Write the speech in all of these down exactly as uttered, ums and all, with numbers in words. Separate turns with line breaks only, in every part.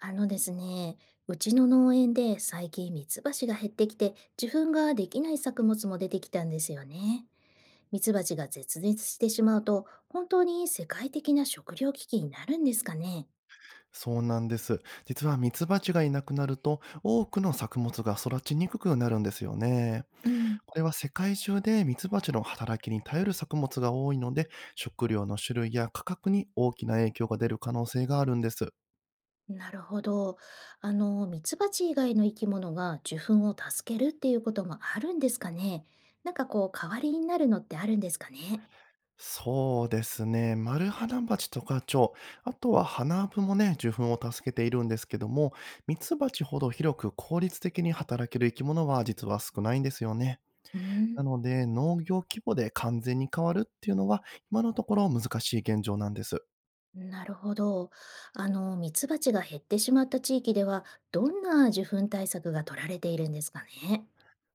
あのですね、うちの農園で最近ミツバチが減ってきて、受粉ができない作物も出てきたんですよね。ミツバチが絶滅してしまうと、本当に世界的な食糧危機になるんですかね。
そうなんです。実はミツバチがいなくなると多くの作物が育ちにくくなるんですよね。
うん、
これは世界中でミツバチの働きに頼る作物が多いので、食料の種類や価格に大きな影響が出る可能性があるんです。
なるほど。あの、ミツバチ以外の生き物が受粉を助けるっていうこともあるんですかね。なんかこう、代わりになるのってあるんですかね。
そうですね。マルハナバチとか蝶、あとは花ナアブもね、受粉を助けているんですけども、ミツバチほど広く効率的に働ける生き物は実は少ないんですよね。
う
な
ん、
ので、農業規模で完全に変わるっていうのは、今のところ難しい現状なんです。
なるほど。あの、ミツバチが減ってしまった地域では、どんな受粉対策が取られているんですかね。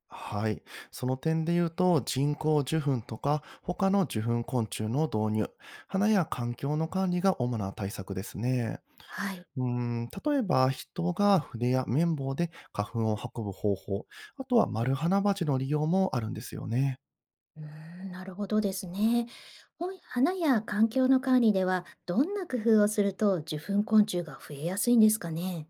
はい。その点で言うと、人工授粉とか、他の受粉昆虫の導入、花や環境の管理が主な対策ですね。
はい。
うん、例えば、人が筆や綿棒で花粉を運ぶ方法、あとは丸花鉢の利用もあるんですよね。
うーん、なるほどですね。ほい、花や環境の管理では、どんな工夫をすると受粉昆虫が増えやすいんですかね。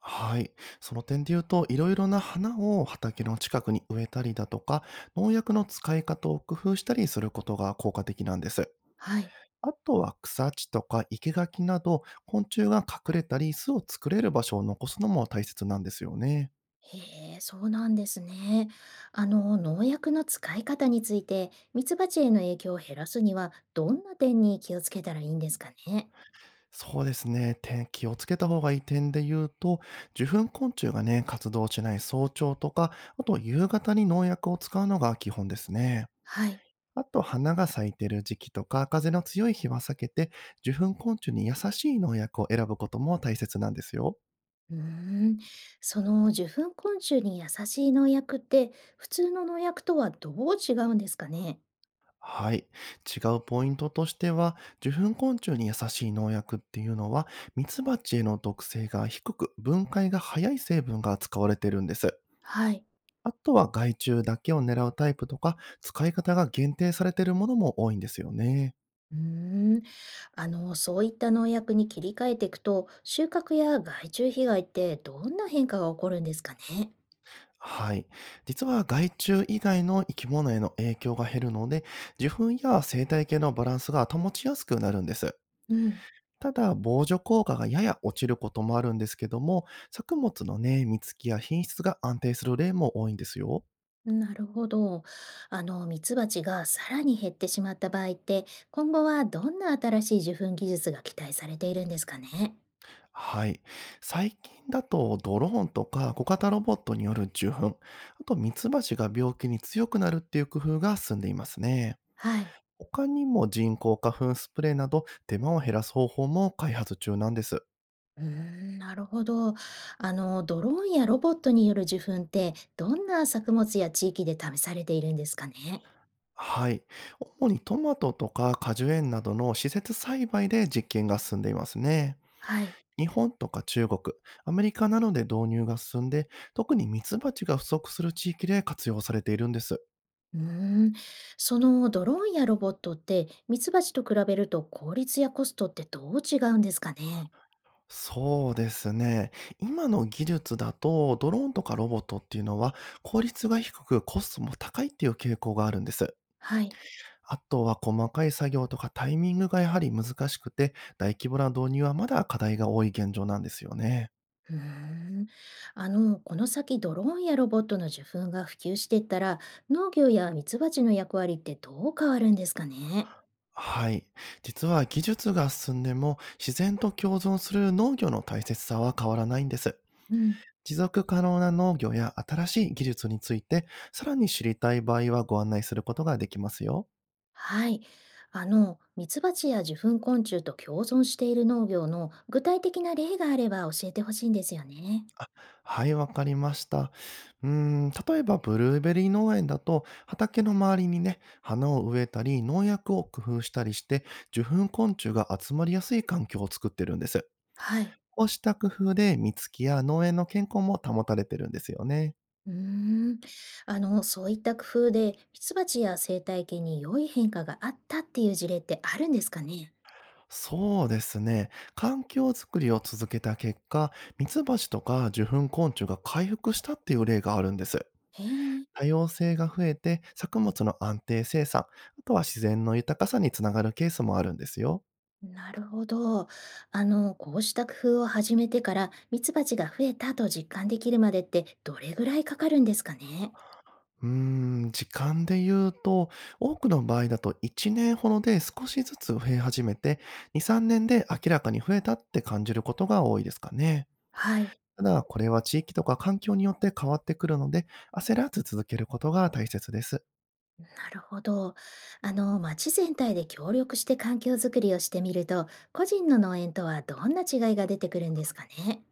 はい。その点で言うと、いろいろな花を畑の近くに植えたりだとか、農薬の使い方を工夫したりすることが効果的なんです。
はい。
あとは草地とか生け垣など、昆虫が隠れたり巣を作れる場所を残すのも大切なんですよね。
へえ、そうなんですね。あの、農薬の使い方について、ミツバチへの影響を減らすには、どんな点に気をつけたらいいんですかね。
そうですね。点気をつけた方がいい点で言うと、受粉昆虫がね、活動しない早朝とか、あと夕方に農薬を使うのが基本ですね。
はい。
あと、花が咲いてる時期とか、風の強い日は避けて、受粉昆虫に優しい農薬を選ぶことも大切なんですよ。
うーん、その受粉昆虫に優しい農薬って普通の農薬とはどう違うんですかね。
はい。違うポイントとしては、受粉昆虫に優しい農薬っていうのは、ミツバチへの毒性が低く、分解が早い成分が使われてるんです。
はい。
あとは害虫だけを狙うタイプとか、使い方が限定されているものも多いんですよね。
うーん、あの、そういった農薬に切り替えていくと収穫や害虫被害ってどんな変化が起こるんですかね。
はい。実は害虫以外の生き物への影響が減るので、受粉や生態系のバランスが保ちやすくなるんです。
うん、
ただ、防除効果がやや落ちることもあるんですけども、作物のね、実つきや品質が安定する例も多いんですよ。
なるほど。あの、ミツバチがさらに減ってしまった場合って今後はどんな新しい受粉技術が期待されているんですかね。
はい。最近だと、ドローンとか小型ロボットによる受粉、あとミツバチが病気に強くなるっていう工夫が進んでいますね。
はい。
他にも人工花粉スプレーなど手間を減らす方法も開発中なんです。
うーん、なるほど。あの、ドローンやロボットによる受粉って、どんな作物や地域で試されているんですかね。
はい。主にトマトとか果樹園などの施設栽培で実験が進んでいますね。
はい。
日本とか中国、アメリカなどで導入が進んで、特にミツバチが不足する地域で活用されているんです。
うーん、そのドローンやロボットって、ミツバチと比べると効率やコストってどう違うんですかね。
そうですね。今の技術だと、ドローンとかロボットっていうのは効率が低くコストも高いっていう傾向があるんです。
はい。
あとは細かい作業とかタイミングがやはり難しくて、大規模な導入はまだ課題が多い現状なんですよね。
うーん、あの、この先ドローンやロボットの受粉が普及していったら、農業やミツバチの役割ってどう変わるんですかね。
はい。実は技術が進んでも自然と共存する農業の大切さは変わらないんです。
うん。
持続可能な農業や新しい技術についてさらに知りたい場合はご案内することができますよ。
はい。あの、ミツバチや受粉昆虫と共存している農業の具体的な例があれば教えてほしいんですよね。
あ、はい、わかりました。うーん、例えばブルーベリー農園だと畑の周りにね、花を植えたり農薬を工夫したりして受粉昆虫が集まりやすい環境を作ってるんです。
はい。
こうした工夫で実つきや農園の健康も保たれてるんですよね。
うーん。あの、そういった工夫でミツバチや生態系に良い変化があったっていう事例ってあるんですかね。
そうですね。環境づくりを続けた結果、ミツバチとか受粉昆虫が回復したっていう例があるんです。
へえ。
多様性が増えて、作物の安定生産、あとは自然の豊かさにつながるケースもあるんですよ。
なるほど。あの、こうした工夫を始めてからミツバチが増えたと実感できるまでってどれぐらいかかるんですかね。
うーん、時間で言うと、多くの場合だといちねんほどで少しずつ増え始めて、に、さんねんで明らかに増えたって感じることが多いですかね。
はい。
ただ、これは地域とか環境によって変わってくるので、焦らず続けることが大切です。
なるほど。あの、町全体で協力して環境づくりをしてみると、個人の農園とはどんな違いが出てくるんですかね。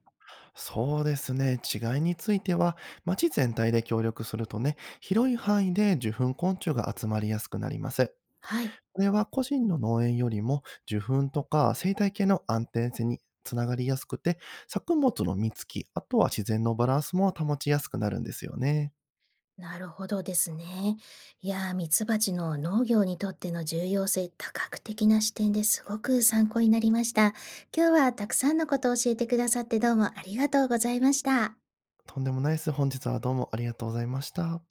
そうですね。違いについては、町全体で協力するとね、広い範囲で受粉昆虫が集まりやすくなります。
はい。
これは個人の農園よりも受粉とか生態系の安定性につながりやすくて、作物の実つき、あとは自然のバランスも保ちやすくなるんですよね。
なるほどですね。いやー、ミツバチの農業にとっての重要性、多角的な視点ですごく参考になりました。今日はたくさんのことを教えてくださってどうもありがとうございました。
とんでもないです。本日はどうもありがとうございました。